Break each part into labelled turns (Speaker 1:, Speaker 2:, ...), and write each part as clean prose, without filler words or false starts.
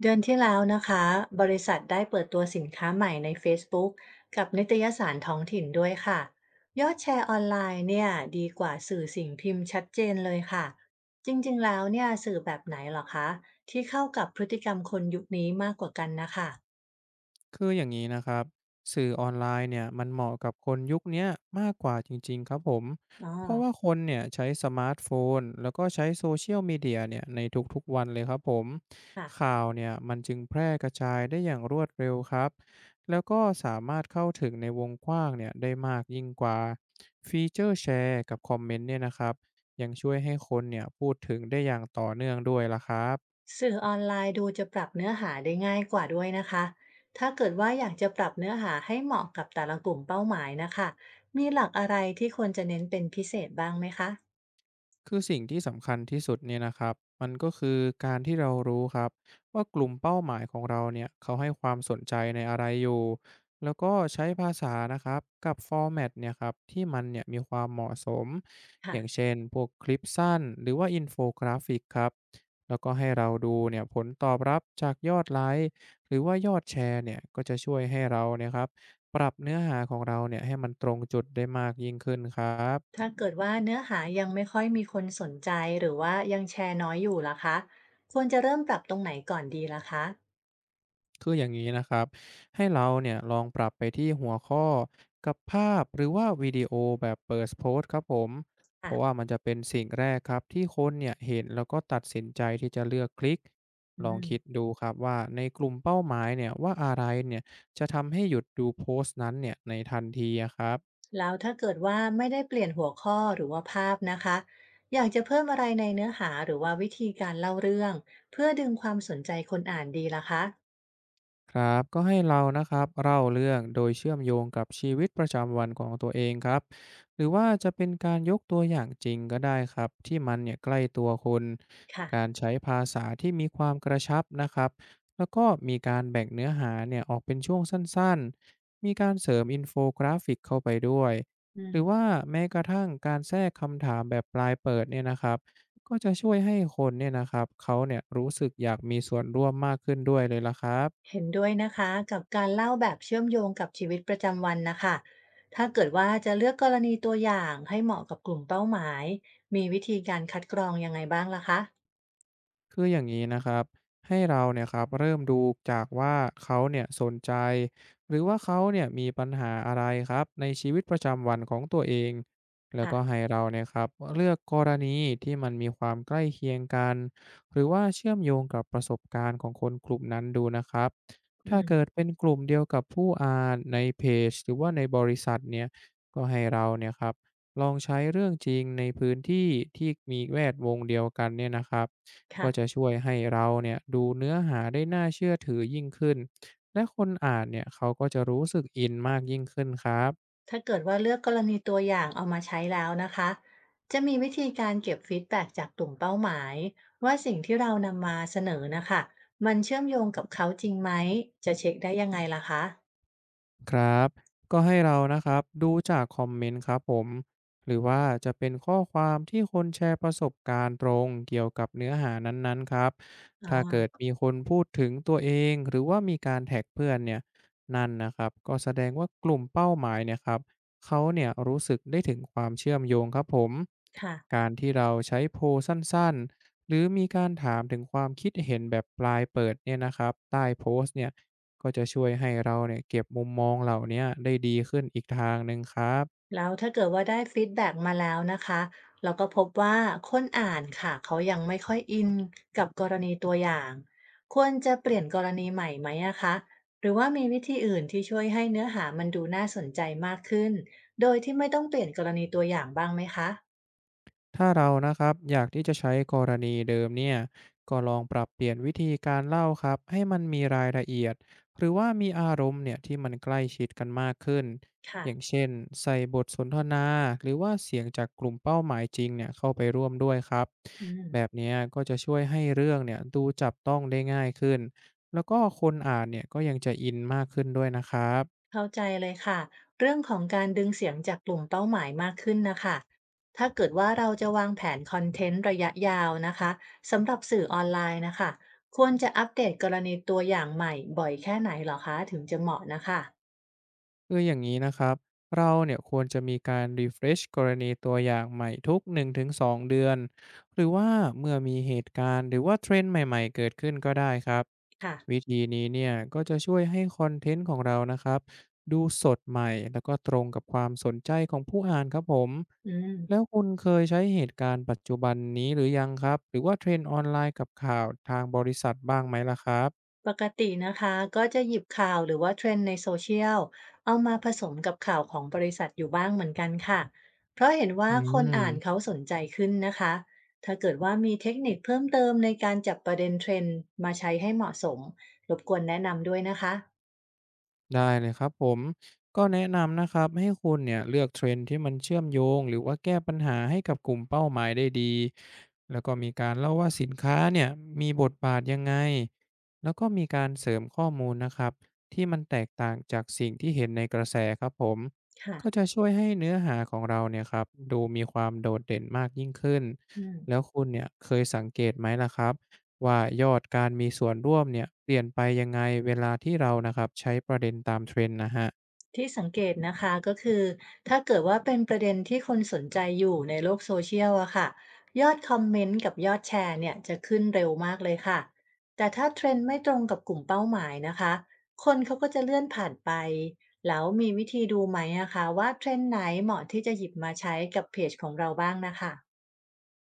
Speaker 1: เดือนที่แล้วนะคะบริษัทได้เปิดตัวสินค้าใหม่ใน Facebook กกับนิตยสารท้องถิ่นด้วยค่ะยอดแชร์ออนไลน์เนี่ยดีกว่าสื่อสิ่งพิมพ์ชัดเจนเลยค่ะจริงๆแล้วเนี่ยสื่อแบบไหนเหรอคะที่เข้ากับพฤติกรรมคนยุคนี้มากกว่ากันนะคะ
Speaker 2: คืออย่างนี้นะครับสื่อออนไลน์เนี่ยมันเหมาะกับคนยุคเนี้ยมากกว่าจริงๆครับผม
Speaker 1: อ๋อ
Speaker 2: เพราะว่าคนเนี่ยใช้สมาร์ทโฟนแล้วก็ใช้โซเชียลมีเดียเนี่ยในทุกๆวันเลยครับผม
Speaker 1: ค่ะ
Speaker 2: ข่าวเนี่ยมันจึงแพร่กระจายได้อย่างรวดเร็วครับแล้วก็สามารถเข้าถึงในวงกว้างเนี่ยได้มากยิ่งกว่าฟีเจอร์แชร์กับคอมเมนต์เนี่ยนะครับยังช่วยให้คนเนี่ยพูดถึงได้อย่างต่อเนื่องด้วยล่ะครับ
Speaker 1: สื่อออนไลน์ดูจะปรับเนื้อหาได้ง่ายกว่าด้วยนะคะถ้าเกิดว่าอยากจะปรับเนื้อหาให้เหมาะกับแต่ละกลุ่มเป้าหมายนะคะมีหลักอะไรที่ควรจะเน้นเป็นพิเศษบ้างไหมคะ
Speaker 2: คือสิ่งที่สำคัญที่สุดเนี่ยนะครับมันก็คือการที่เรารู้ครับว่ากลุ่มเป้าหมายของเราเนี่ยเขาให้ความสนใจในอะไรอยู่แล้วก็ใช้ภาษานะครับกับฟอร์แมตเนี่ยครับที่มันเนี่ยมีความเหมาะสมอย่าง
Speaker 1: ค่ะ
Speaker 2: เช่นพวกคลิปสั้นหรือว่าอินโฟกราฟิกครับแล้วก็ให้เราดูเนี่ยผลตอบรับจากยอดไลค์หรือว่ายอดแชร์เนี่ยก็จะช่วยให้เราเนี่ยครับปรับเนื้อหาของเราเนี่ยให้มันตรงจุดได้มากยิ่งขึ้นครับ
Speaker 1: ถ้าเกิดว่าเนื้อหายังไม่ค่อยมีคนสนใจหรือว่ายังแชร์น้อยอยู่ล่ะคะควรจะเริ่มปรับตรงไหนก่อนดีล่ะคะ
Speaker 2: คืออย่างนี้นะครับให้เราเนี่ยลองปรับไปที่หัวข้อกับภาพหรือว่าวิดีโอแบบเปิดโพสต์ครับผมเพ
Speaker 1: ค่ะ
Speaker 2: ราะว่ามันจะเป็นสิ่งแรกครับที่คนเนี่ยเห็นแล้วก็ตัดสินใจที่จะเลือกคลิก
Speaker 1: อื
Speaker 2: ลอง
Speaker 1: ม
Speaker 2: คิดดูครับว่าในกลุ่มเป้าหมายเนี่ยว่าอะไรเนี่ยจะทำให้หยุดดูโพสต์นั้นเนี่ยในทันทีอะครับ
Speaker 1: แล้วถ้าเกิดว่าไม่ได้เปลี่ยนหัวข้อหรือว่าภาพนะคะอยากจะเพิ่มอะไรในเนื้อหาหรือว่าวิธีการเล่าเรื่องเพื่อดึงความสนใจคนอ่านดีล่ะคะ
Speaker 2: ครับก็ให้เรานะครับเล่าเรื่องโดยเชื่อมโยงกับชีวิตประจำวันของตัวเองครับหรือว่าจะเป็นการยกตัวอย่างจริงก็ได้ครับที่มันเนี่ยใกล้ตัวคน
Speaker 1: ค่ะ
Speaker 2: การใช้ภาษาที่มีความกระชับนะครับแล้วก็มีการแบ่งเนื้อหาเนี่ยออกเป็นช่วงสั้นๆมีการเสริมอินโฟกราฟิกเข้าไปด้วย
Speaker 1: อื
Speaker 2: ห
Speaker 1: ม
Speaker 2: รือว่าแม้กระทั่งการแทรกคำถามแบบปลายเปิดเนี่ยนะครับก็จะช่วยให้คนเนี่ยนะครับเขาเนี่ยรู้สึกอยากมีส่วนร่วมมากขึ้นด้วยเลยละครับ
Speaker 1: เห็นด้วยนะคะกับการเล่าแบบเชื่อมโยงกับชีวิตประจำวันนะคะถ้าเกิดว่าจะเลือกกรณีตัวอย่างให้เหมาะกับกลุ่มเป้าหมายมีวิธีการคัดกรองยังไงบ้างล่ะคะ
Speaker 2: คืออย่างนี้นะครับให้เราเนี่ยครับเริ่มดูจากว่าเขาเนี่ยสนใจหรือว่าเขาเนี่ยมีปัญหาอะไรครับในชีวิตประจำวันของตัวเอง แล้วก็ให้
Speaker 1: ค่ะ
Speaker 2: เราเนี่ยครับเลือกกรณีที่มันมีความใกล้เคียงกันหรือว่าเชื่อมโยงกับประสบการณ์ของคนกลุ่มนั้นดูนะครับ
Speaker 1: อื
Speaker 2: ถ้า
Speaker 1: ม
Speaker 2: เกิดเป็นกลุ่มเดียวกับผู้อ่านในเพจหรือว่าในบริษัทเนี่ยก็ให้เราเนี่ยครับลองใช้เรื่องจริงในพื้นที่ที่มีแวดวงเดียวกันเนี่ยนะครับ ก็
Speaker 1: ค่ะ
Speaker 2: จะช่วยให้เราเนี่ยดูเนื้อหาได้น่าเชื่อถือยิ่งขึ้น และคนอ่านเนี่ยเขาก็จะรู้สึกอินมากยิ่งขึ้นครับ
Speaker 1: ถ้าเกิดว่าเลือกกรณีตัวอย่างเอามาใช้แล้วนะคะจะมีวิธีการเก็บฟีดแบ็กจากกลุ่มเป้าหมายว่าสิ่งที่เรานำมาเสนอนะคะมันเชื่อมโยงกับเขาจริงไหมจะเช็คได้ยังไงล่ะคะ
Speaker 2: ครับก็ให้เรานะครับดูจากคอมเมนต์ครับผมหรือว่าจะเป็นข้อความที่คนแชร์ประสบการณ์ตรงเกี่ยวกับเนื้อหานั้นๆครับ
Speaker 1: อ๋อ
Speaker 2: ถ้าเกิดมีคนพูดถึงตัวเองหรือว่ามีการแท็กเพื่อนเนี่ยนั่นนะครับก็แสดงว่ากลุ่มเป้าหมายเนี่ยครับเขาเนี่ยรู้สึกได้ถึงความเชื่อมโยงครับผม
Speaker 1: ค่ะ
Speaker 2: การที่เราใช้โพลสั้นๆ หรือมีการถามถึงความคิดเห็นแบบปลายเปิดเนี่ยนะครับใต้โพสต์เนี่ยก็จะช่วยให้เราเนี่ยเก็บมุมมองเหล่าเนี้ยได้ดีขึ้นอีกทางหนึ่งครับ
Speaker 1: แล้วถ้าเกิดว่าได้ฟีดแบ็กมาแล้วนะคะเราก็พบว่าคนอ่านค่ะเขายังไม่ค่อยอินกับกรณีตัวอย่างควรจะเปลี่ยนกรณีใหม่ไหมอะคะหรือว่ามีวิธีอื่นที่ช่วยให้เนื้อหามันดูน่าสนใจมากขึ้นโดยที่ไม่ต้องเปลี่ยนกรณีตัวอย่างบ้างไหมคะ
Speaker 2: ถ้าเรานะครับอยากที่จะใช้กรณีเดิมเนี่ยก็ลองปรับเปลี่ยนวิธีการเล่าครับให้มันมีรายละเอียดหรือว่ามีอารมณ์เนี่ยที่มันใกล้ชิดกันมากขึ้น
Speaker 1: ค่ะ
Speaker 2: อย่างเช่นใส่บทสนทนาหรือว่าเสียงจากกลุ่มเป้าหมายจริงเนี่ยเข้าไปร่วมด้วยครับ
Speaker 1: อืม
Speaker 2: แบบเนี้ยก็จะช่วยให้เรื่องเนี่ยดูจับต้องได้ง่ายขึ้นแล้วก็คนอ่านเนี่ยก็ยังจะอินมากขึ้นด้วยนะครับ
Speaker 1: เข้าใจเลยค่ะเรื่องของการดึงเสียงจากกลุ่มเป้าหมายมากขึ้นนะคะถ้าเกิดว่าเราจะวางแผนคอนเทนต์ระยะยาวนะคะสำหรับสื่อออนไลน์นะคะควรจะอัปเดตกรณีตัวอย่างใหม่บ่อยแค่ไหนเหรอคะถึงจะเหมาะนะคะ
Speaker 2: คืออย่างนี้นะครับ เราเนี่ยควรจะมีการ refresh กรณีตัวอย่างใหม่ทุก1 ถึง 2 เดือนหรือว่าเมื่อมีเหตุการณ์หรือว่าเทรนด์ใหม่ๆเกิดขึ้นก็ได้ครับ
Speaker 1: ค่ะ
Speaker 2: วิธีนี้เนี่ยก็จะช่วยให้คอนเทนต์ของเรานะครับดูสดใหม่แล้วก็ตรงกับความสนใจของผู้อ่านครับผม
Speaker 1: อืม
Speaker 2: แล้วคุณเคยใช้เหตุการณ์ปัจจุบันนี้หรือยังครับหรือว่าเทรนด์ออนไลน์กับข่าวทางบริษัทบ้างไหมล่ะครับ
Speaker 1: ปกตินะคะก็จะหยิบข่าวหรือว่าเทรนด์ในโซเชียลเอามาผสมกับข่าวของบริษัทอยู่บ้างเหมือนกันค่ะเพราะเห็น
Speaker 2: อื
Speaker 1: ว่าคนอ่านเขา
Speaker 2: ม
Speaker 1: สนใจขึ้นนะคะถ้าเกิดว่ามีเทคนิคเพิ่มเติมในการจับประเด็นเทรนด์มาใช้ให้เหมาะสมรบกวนแนะนำด้วยนะคะ
Speaker 2: ได้เลยครับผมก็แนะนำนะครับให้คุณเนี่ยเลือกเทรนด์ที่มันเชื่อมโยงหรือว่าแก้ปัญหาให้กับกลุ่มเป้าหมายได้ดีแล้วก็มีการเล่าว่าสินค้าเนี่ยมีบทบาทยังไงแล้วก็มีการเสริมข้อมูลนะครับที่มันแตกต่างจากสิ่งที่เห็นในกระแสครับผม
Speaker 1: ค่ะ
Speaker 2: ก็จะช่วยให้เนื้อหาของเราเนี่ยครับดูมีความโดดเด่นมากยิ่งขึ้น
Speaker 1: อืม
Speaker 2: แล้วคุณเนี่ยเคยสังเกตไหมล่ะครับ ว่ายอดการมีส่วนร่วมเนี่ยเปลี่ยนไปยังไงเวลาที่เรานะครับใช้ประเด็นตามเทรนด์นะฮะ
Speaker 1: ที่สังเกตนะคะก็คือถ้าเกิดว่าเป็นประเด็นที่คนสนใจอยู่ในโลกโซเชียลอะค่ะยอดคอมเมนต์กับยอดแชร์เนี่ยจะขึ้นเร็วมากเลยค่ะแต่ถ้าเทรนด์ไม่ตรงกับกลุ่มเป้าหมายนะคะคนเขาก็จะเลื่อนผ่านไปแล้วมีวิธีดูไหมอะคะว่าเทรนด์ไหนเหมาะที่จะหยิบมาใช้กับเพจของเราบ้างนะคะ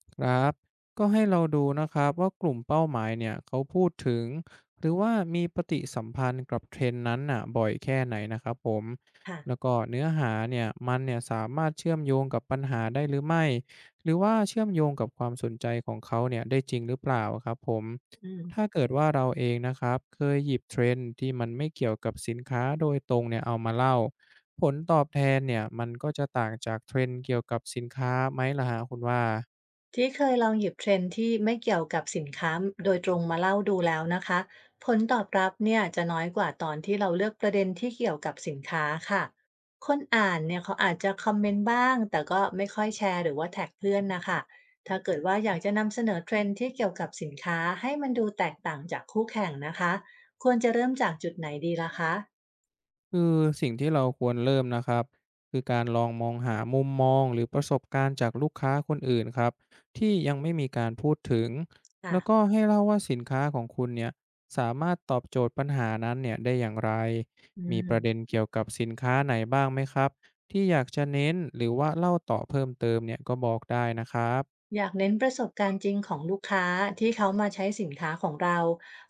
Speaker 2: ครับ ก็ให้เราดูนะครับว่ากลุ่มเป้าหมายเนี่ยเขาพูดถึงหรือว่ามีปฏิสัมพันธ์กับเทรนด์นั้นน่ะบ่อยแค่ไหนนะครับผม
Speaker 1: ค่ะ
Speaker 2: แล้วก็เนื้อหาเนี่ยมันเนี่ยสามารถเชื่อมโยงกับปัญหาได้หรือไม่ หรือว่าเชื่อมโยงกับความสนใจของเขาเนี่ยได้จริงหรือเปล่าครับผม
Speaker 1: อืม
Speaker 2: ถ้าเกิดว่าเราเองนะครับเคยหยิบเทรนด์ที่มันไม่เกี่ยวกับสินค้าโดยตรงเนี่ยเอามาเล่าผลตอบแทนเนี่ยมันก็จะต่างจากเทรนด์เกี่ยวกับสินค้าไหมล่ะฮะคุณว่า
Speaker 1: ที่เคยลองหยิบเทรนด์ที่ไม่เกี่ยวกับสินค้าโดยตรงมาเล่าดูแล้วนะคะผลตอบรับเนี่ยจะน้อยกว่าตอนที่เราเลือกประเด็นที่เกี่ยวกับสินค้าค่ะคนอ่านเนี่ยเขาอาจจะคอมเมนต์บ้างแต่ก็ไม่ค่อยแชร์หรือว่าแท็กเพื่อนนะคะถ้าเกิดว่าอยากจะนำเสนอเทรนด์ที่เกี่ยวกับสินค้าให้มันดูแตกต่างจากคู่แข่งนะคะควรจะเริ่มจากจุดไหนดีล่ะคะ
Speaker 2: คือสิ่งที่เราควรเริ่มนะครับคือการลองมองหามุมมองหรือประสบการณ์จากลูกค้าคนอื่นครับที่ยังไม่มีการพูดถึง
Speaker 1: ค่ะ
Speaker 2: แล้วก็ให้เล่าว่าสินค้าของคุณเนี่ยสามารถตอบโจทย์ปัญหานั้นเนี่ยได้อย่างไร
Speaker 1: อื
Speaker 2: มีประเด็
Speaker 1: ม
Speaker 2: นเกี่ยวกับสินค้าไหนบ้างไหมครับที่อยากจะเน้นหรือว่าเล่าต่อเพิ่มเติมเนี่ยก็บอกได้นะครับ
Speaker 1: อยากเน้นประสบการณ์จริงของลูกค้าที่เขามาใช้สินค้าของเรา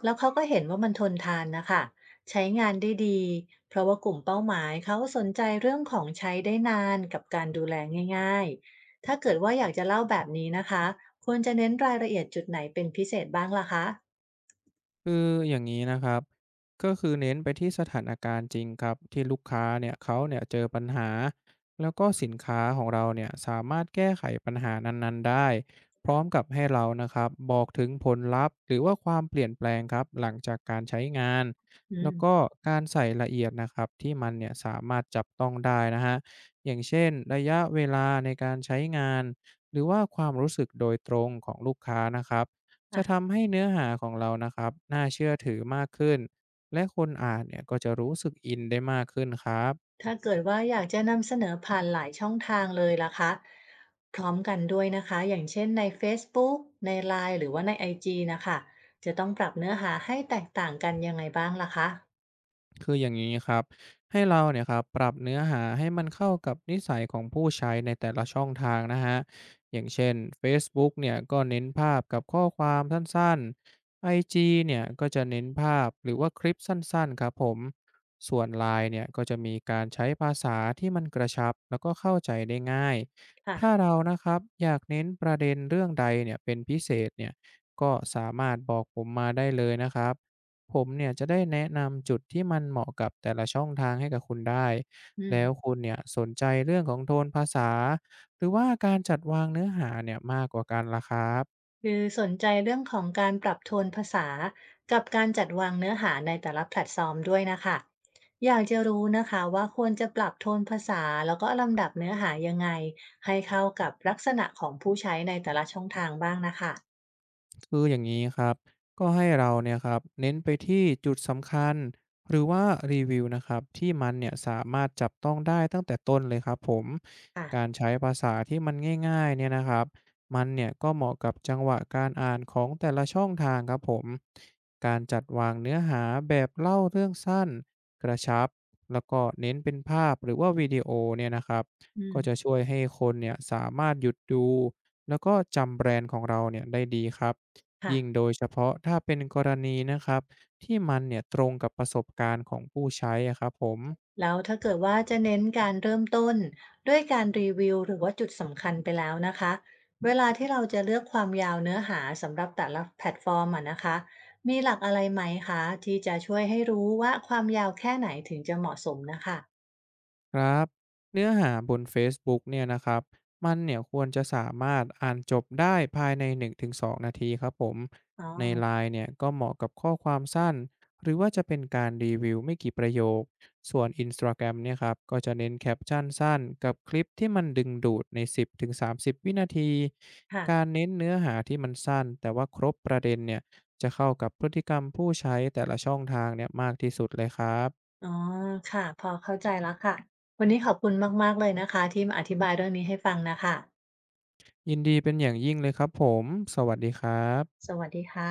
Speaker 1: แล้วเขาก็เห็นว่ามันทนทานนะคะใช้งานได้ดีเพราะว่ากลุ่มเป้าหมายเขาสนใจเรื่องของใช้ได้นานกับการดูแลง่ายๆถ้าเกิดว่าอยากจะเล่าแบบนี้นะคะควรจะเน้นรายละเอียดจุดไหนเป็นพิเศษบ้างล่ะคะ
Speaker 2: คืออย่างนี้นะครับก็คือเน้นไปที่สถานการณ์จริงครับที่ลูกค้าเนี่ยเขาเนี่ยเจอปัญหาแล้วก็สินค้าของเราเนี่ยสามารถแก้ไขปัญหานั้นๆได้พร้อมกับให้เรานะครับบอกถึงผลลัพธ์หรือว่าความเปลี่ยนแปลงครับหลังจากการใช้งาน
Speaker 1: อื
Speaker 2: แล้
Speaker 1: ม
Speaker 2: วก็การใส่ละเอียดนะครับที่มันเนี่ยสามารถจับต้องได้นะฮะอย่างเช่นระยะเวลาในการใช้งานหรือว่าความรู้สึกโดยตรงของลูกค้านะครับ จะทำให้เนื้อหาของเรานะครับน่าเชื่อถือมากขึ้นและคนอ่านเนี่ยก็จะรู้สึกอินได้มากขึ้นครับ
Speaker 1: ถ้าเกิดว่าอยากจะนำเสนอผ่านหลายช่องทางเลยล่ะคะพร้อมกันด้วยนะคะอย่างเช่นใน Facebook ใน LINE หรือว่าใน IG นะคะจะต้องปรับเนื้อหาให้แตกต่างกันยังไงบ้างล่ะคะ
Speaker 2: คืออย่างนี้ครับให้เราเนี่ยครับปรับเนื้อหาให้มันเข้ากับนิสัยของผู้ใช้ในแต่ละช่องทางนะฮะอย่างเช่น Facebook เนี่ยก็เน้นภาพกับข้อความสั้นๆ IG เนี่ยก็จะเน้นภาพหรือว่าคลิปสั้นๆครับผมส่วนไลน์เนี่ยก็จะมีการใช้ภาษาที่มันกระชับแล้วก็เข้าใจได้ง่าย
Speaker 1: ค่ะ
Speaker 2: ถ้าเรานะครับอยากเน้นประเด็นเรื่องใดเนี่ยเป็นพิเศษเนี่ยก็สามารถบอกผมมาได้เลยนะครับ ผมเนี่ยจะได้แนะนำจุดที่มันเหมาะกับแต่ละช่องทางให้กับคุณได้
Speaker 1: อื
Speaker 2: แล้ว
Speaker 1: ม
Speaker 2: คุณเนี่ยสนใจเรื่องของโทนภาษา หรือว่าการจัดวางเนื้อหาเนี่ยมากกว่ากันล่ะครับ
Speaker 1: คือสนใจเรื่องของการปรับโทนภาษากับการจัดวางเนื้อหาในแต่ละแพลตฟอร์มด้วยนะคะอยากจะรู้นะคะว่าควรจะปรับโทนภาษาแล้วก็ลำดับเนื้อหายังไงให้เข้ากับลักษณะของผู้ใช้ในแต่ละช่องทางบ้างนะคะ
Speaker 2: คืออย่างนี้ครับก็ให้เราเนี่ยครับเน้นไปที่จุดสำคัญหรือว่ารีวิวนะครับที่มันเนี่ยสามารถจับต้องได้ตั้งแต่ต้นเลยครับผม
Speaker 1: ค่ะ
Speaker 2: การใช้ภาษาที่มันง่ายๆเนี่ยนะครับมันเนี่ยก็เหมาะกับจังหวะการอ่านของแต่ละช่องทางครับผมการจัดวางเนื้อหาแบบเล่าเรื่องสั้นกระชับแล้วก็เน้นเป็นภาพหรือว่าวิดีโอเนี่ยนะครับ
Speaker 1: อื
Speaker 2: ก็จะ
Speaker 1: ม
Speaker 2: ช่วยให้คนเนี่ยสามารถหยุดดูแล้วก็จำแบรนด์ของเราเนี่ยได้ดีครับ ยิ่ง
Speaker 1: ค่ะ
Speaker 2: โดยเฉพาะถ้าเป็นกรณีนะครับที่มันเนี่ยตรงกับประสบการณ์ของผู้ใช้อะครับผม
Speaker 1: แล้วถ้าเกิดว่าจะเน้นการเริ่มต้นด้วยการรีวิวหรือว่าจุดสำคัญไปแล้วนะคะเวลาที่เราจะเลือกความยาวเนื้อหาสำหรับแต่ละแพลตฟอร์มอะนะคะมีหลักอะไรไหมคะที่จะช่วยให้รู้ว่าความยาวแค่ไหนถึงจะเหมาะสมนะคะ
Speaker 2: ครับเนื้อหาบน Facebook เนี่ยนะครับมันเนี่ยควรจะสามารถอ่านจบได้ภายใน1-2นงถึงสองนาทีครับผม
Speaker 1: อ๋อ
Speaker 2: ในไลน์เนี่ยก็เหมาะกับข้อความสั้นหรือว่าจะเป็นการรีวิวไม่กี่ประโยคส่วน Instagram เนี่ยครับก็จะเน้นแคปชั่นสั้นกับคลิปที่มันดึงดูดใน10-30วินาที
Speaker 1: ค่ะ
Speaker 2: การเน้นเนื้อหาที่มันสั้นแต่ว่าครบประเด็นเนี่ยจะเข้ากับพฤติกรรมผู้ใช้แต่ละช่องทางเนี่ยมากที่สุดเลยครับ
Speaker 1: อ๋อค่ะพอเข้าใจแล้วค่ะวันนี้ขอบคุณมากๆเลยนะคะที่มาอธิบายเรื่องนี้ให้ฟังนะคะ
Speaker 2: ยินดีเป็นอย่างยิ่งเลยครับผม สวัสดีครับ
Speaker 1: สวัสดีค่ะ